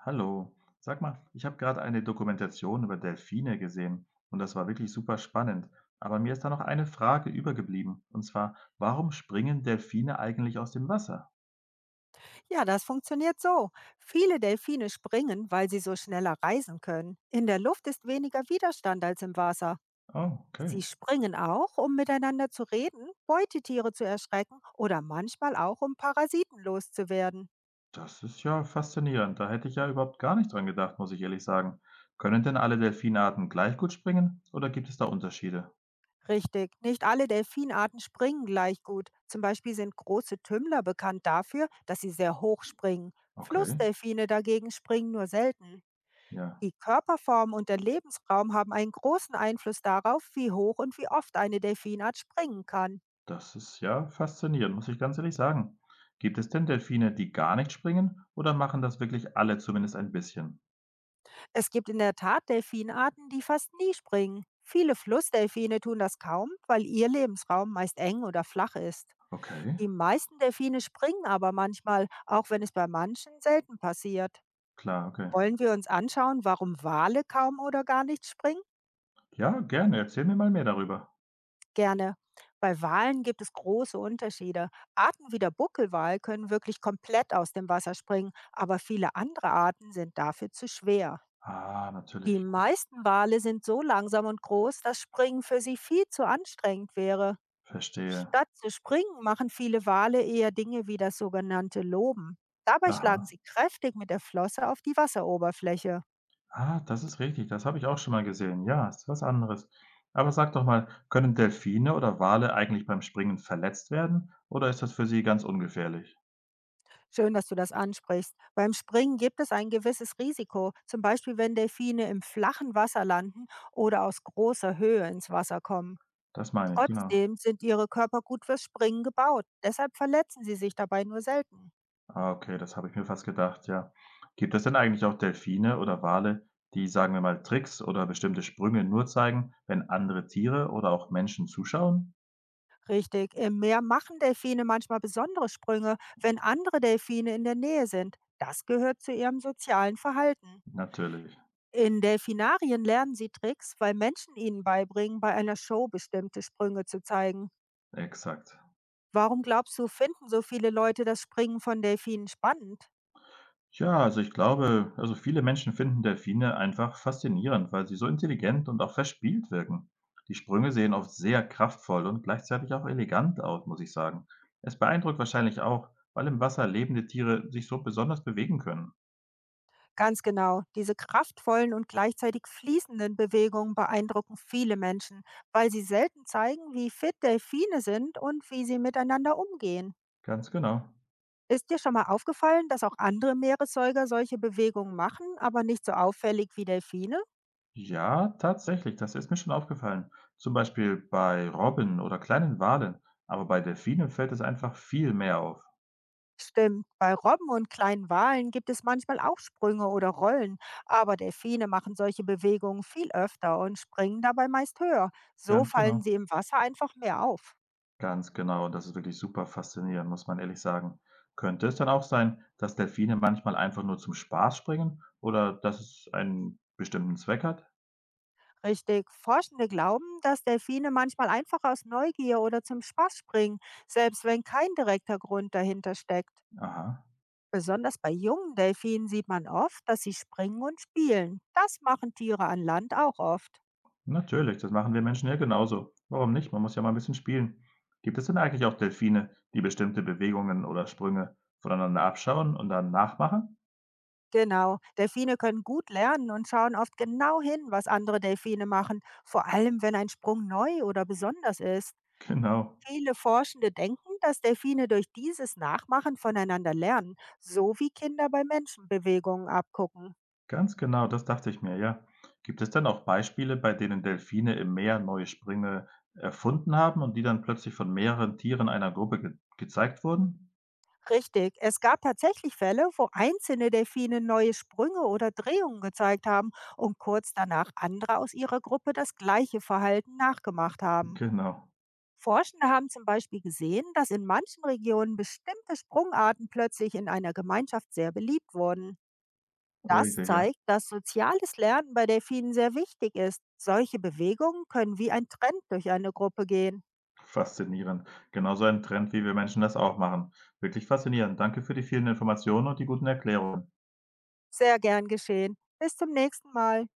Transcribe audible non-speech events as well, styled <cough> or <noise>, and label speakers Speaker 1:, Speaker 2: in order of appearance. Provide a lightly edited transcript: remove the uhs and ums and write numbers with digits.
Speaker 1: Hallo, sag mal, ich habe gerade eine Dokumentation über Delfine gesehen und das war wirklich super spannend. Aber mir ist da noch eine Frage übergeblieben, und zwar, warum springen Delfine eigentlich aus dem Wasser?
Speaker 2: Ja, das funktioniert so. Viele Delfine springen, weil sie so schneller reisen können. In der Luft ist weniger Widerstand als im Wasser.
Speaker 1: Oh, okay.
Speaker 2: Sie springen auch, um miteinander zu reden, Beutetiere zu erschrecken oder manchmal auch, um Parasiten loszuwerden.
Speaker 1: Das ist ja faszinierend. Da hätte ich ja überhaupt gar nicht dran gedacht, muss ich ehrlich sagen. Können denn alle Delfinarten gleich gut springen oder gibt es da Unterschiede?
Speaker 2: Richtig, nicht alle Delfinarten springen gleich gut. Zum Beispiel sind große Tümmler bekannt dafür, dass sie sehr hoch springen.
Speaker 1: Okay,
Speaker 2: Flussdelfine dagegen springen nur selten.
Speaker 1: ja,
Speaker 2: Die Körperform und der Lebensraum haben einen großen Einfluss darauf, wie hoch und wie oft eine Delfinart springen kann.
Speaker 1: das ist ja faszinierend, muss ich ganz ehrlich sagen. Gibt es denn Delfine, die gar nicht springen oder machen das wirklich alle zumindest ein bisschen?
Speaker 2: Es gibt in der Tat Delfinarten, die fast nie springen. Viele Flussdelfine tun das kaum, weil ihr Lebensraum meist eng oder flach ist.
Speaker 1: Okay.
Speaker 2: Die meisten Delfine springen aber manchmal, auch wenn es bei manchen selten passiert.
Speaker 1: Klar, okay.
Speaker 2: Wollen wir uns anschauen, warum Wale kaum oder gar nicht springen?
Speaker 1: Ja, gerne, erzähl mir mal mehr darüber.
Speaker 2: Gerne. Bei Walen gibt es große Unterschiede. Arten wie der Buckelwal können wirklich komplett aus dem Wasser springen, aber viele andere Arten sind dafür zu schwer.
Speaker 1: Ah,
Speaker 2: Die
Speaker 1: natürlich.
Speaker 2: meisten Wale sind so langsam und groß, dass Springen für sie viel zu anstrengend wäre.
Speaker 1: Verstehe.
Speaker 2: Statt zu springen, machen viele Wale eher Dinge wie das sogenannte Loben. Dabei schlagen
Speaker 1: Aha.
Speaker 2: sie kräftig mit der Flosse auf die Wasseroberfläche.
Speaker 1: Ah, das ist richtig, das habe ich auch schon mal gesehen. Ja, ist was anderes. Aber sag doch mal, können Delfine oder Wale eigentlich beim Springen verletzt werden oder ist das für sie ganz ungefährlich?
Speaker 2: Schön, dass du das ansprichst. Beim Springen gibt es ein gewisses Risiko, zum Beispiel wenn Delfine im flachen Wasser landen oder aus großer Höhe ins Wasser kommen.
Speaker 1: Das meine ich, genau.
Speaker 2: Trotzdem sind ihre Körper gut fürs Springen gebaut. Deshalb verletzen sie sich dabei nur selten.
Speaker 1: Ah, okay, das habe ich mir fast gedacht, ja. Gibt es denn eigentlich auch Delfine oder Wale, die, sagen wir mal, Tricks oder bestimmte Sprünge nur zeigen, wenn andere Tiere oder auch Menschen zuschauen?
Speaker 2: Richtig, im Meer machen Delfine manchmal besondere Sprünge, wenn andere Delfine in der Nähe sind. Das gehört zu ihrem sozialen Verhalten.
Speaker 1: Natürlich,
Speaker 2: In Delfinarien lernen sie Tricks, weil Menschen ihnen beibringen, bei einer Show bestimmte Sprünge zu zeigen.
Speaker 1: exakt.
Speaker 2: Warum glaubst du, finden so viele Leute das Springen von Delfinen spannend?
Speaker 1: Ja, also ich glaube viele Menschen finden Delfine einfach faszinierend, weil sie so intelligent und auch verspielt wirken. Die Sprünge sehen oft sehr kraftvoll und gleichzeitig auch elegant aus, muss ich sagen. Es beeindruckt wahrscheinlich auch, weil im Wasser lebende Tiere sich so besonders bewegen können.
Speaker 2: Ganz genau, diese kraftvollen und gleichzeitig fließenden Bewegungen beeindrucken viele Menschen, weil sie selten zeigen, wie fit Delfine sind und wie sie miteinander umgehen.
Speaker 1: Ganz genau.
Speaker 2: Ist dir schon mal aufgefallen, dass auch andere Meeressäuger solche Bewegungen machen, aber nicht so auffällig wie Delfine?
Speaker 1: Ja, tatsächlich, das ist mir schon aufgefallen. Zum Beispiel bei Robben oder kleinen Walen, aber bei Delfinen fällt es einfach viel mehr auf.
Speaker 2: Stimmt, bei Robben und kleinen Walen gibt es manchmal auch Sprünge oder Rollen, aber Delfine machen solche Bewegungen viel öfter und springen dabei meist höher. So
Speaker 1: Ganz
Speaker 2: fallen
Speaker 1: genau.
Speaker 2: sie im Wasser einfach mehr auf.
Speaker 1: Ganz genau, das ist wirklich super faszinierend, muss man ehrlich sagen. Könnte es dann auch sein, dass Delfine manchmal einfach nur zum Spaß springen oder dass es einen bestimmten Zweck hat?
Speaker 2: Richtig, Forschende glauben, dass Delfine manchmal einfach aus Neugier oder zum Spaß springen, selbst wenn kein direkter Grund dahinter steckt.
Speaker 1: Aha,
Speaker 2: Besonders bei jungen Delfinen sieht man oft, dass sie springen und spielen. Das machen Tiere an Land auch oft.
Speaker 1: natürlich, das machen wir Menschen ja genauso. Warum nicht? Man muss ja mal ein bisschen spielen. Gibt es denn eigentlich auch Delfine, die bestimmte Bewegungen oder Sprünge voneinander abschauen und dann nachmachen?
Speaker 2: Genau. Delfine können gut lernen und schauen oft genau hin, was andere Delfine machen, vor allem wenn ein Sprung neu oder besonders ist.
Speaker 1: <laughs> Genau.
Speaker 2: Viele Forschende denken, dass Delfine durch dieses Nachmachen voneinander lernen, so wie Kinder bei Menschen Bewegungen abgucken.
Speaker 1: Ganz genau, das dachte ich mir, ja. Gibt es denn auch Beispiele, bei denen Delfine im Meer neue Sprünge erfunden haben und die dann plötzlich von mehreren Tieren einer Gruppe ge gezeigt wurden?
Speaker 2: Richtig, es gab tatsächlich Fälle, wo einzelne Delfine neue Sprünge oder Drehungen gezeigt haben und kurz danach andere aus ihrer Gruppe das gleiche Verhalten nachgemacht haben.
Speaker 1: Genau,
Speaker 2: Forschende haben zum Beispiel gesehen, dass in manchen Regionen bestimmte Sprungarten plötzlich in einer Gemeinschaft sehr beliebt wurden. Das
Speaker 1: richtig, ja.
Speaker 2: zeigt, dass soziales Lernen bei Delfinen sehr wichtig ist. Solche Bewegungen können wie ein Trend durch eine Gruppe gehen.
Speaker 1: Faszinierend. Genauso ein Trend, wie wir Menschen das auch machen. Wirklich faszinierend. Danke für die vielen Informationen und die guten Erklärungen.
Speaker 2: Sehr gern geschehen. Bis zum nächsten Mal.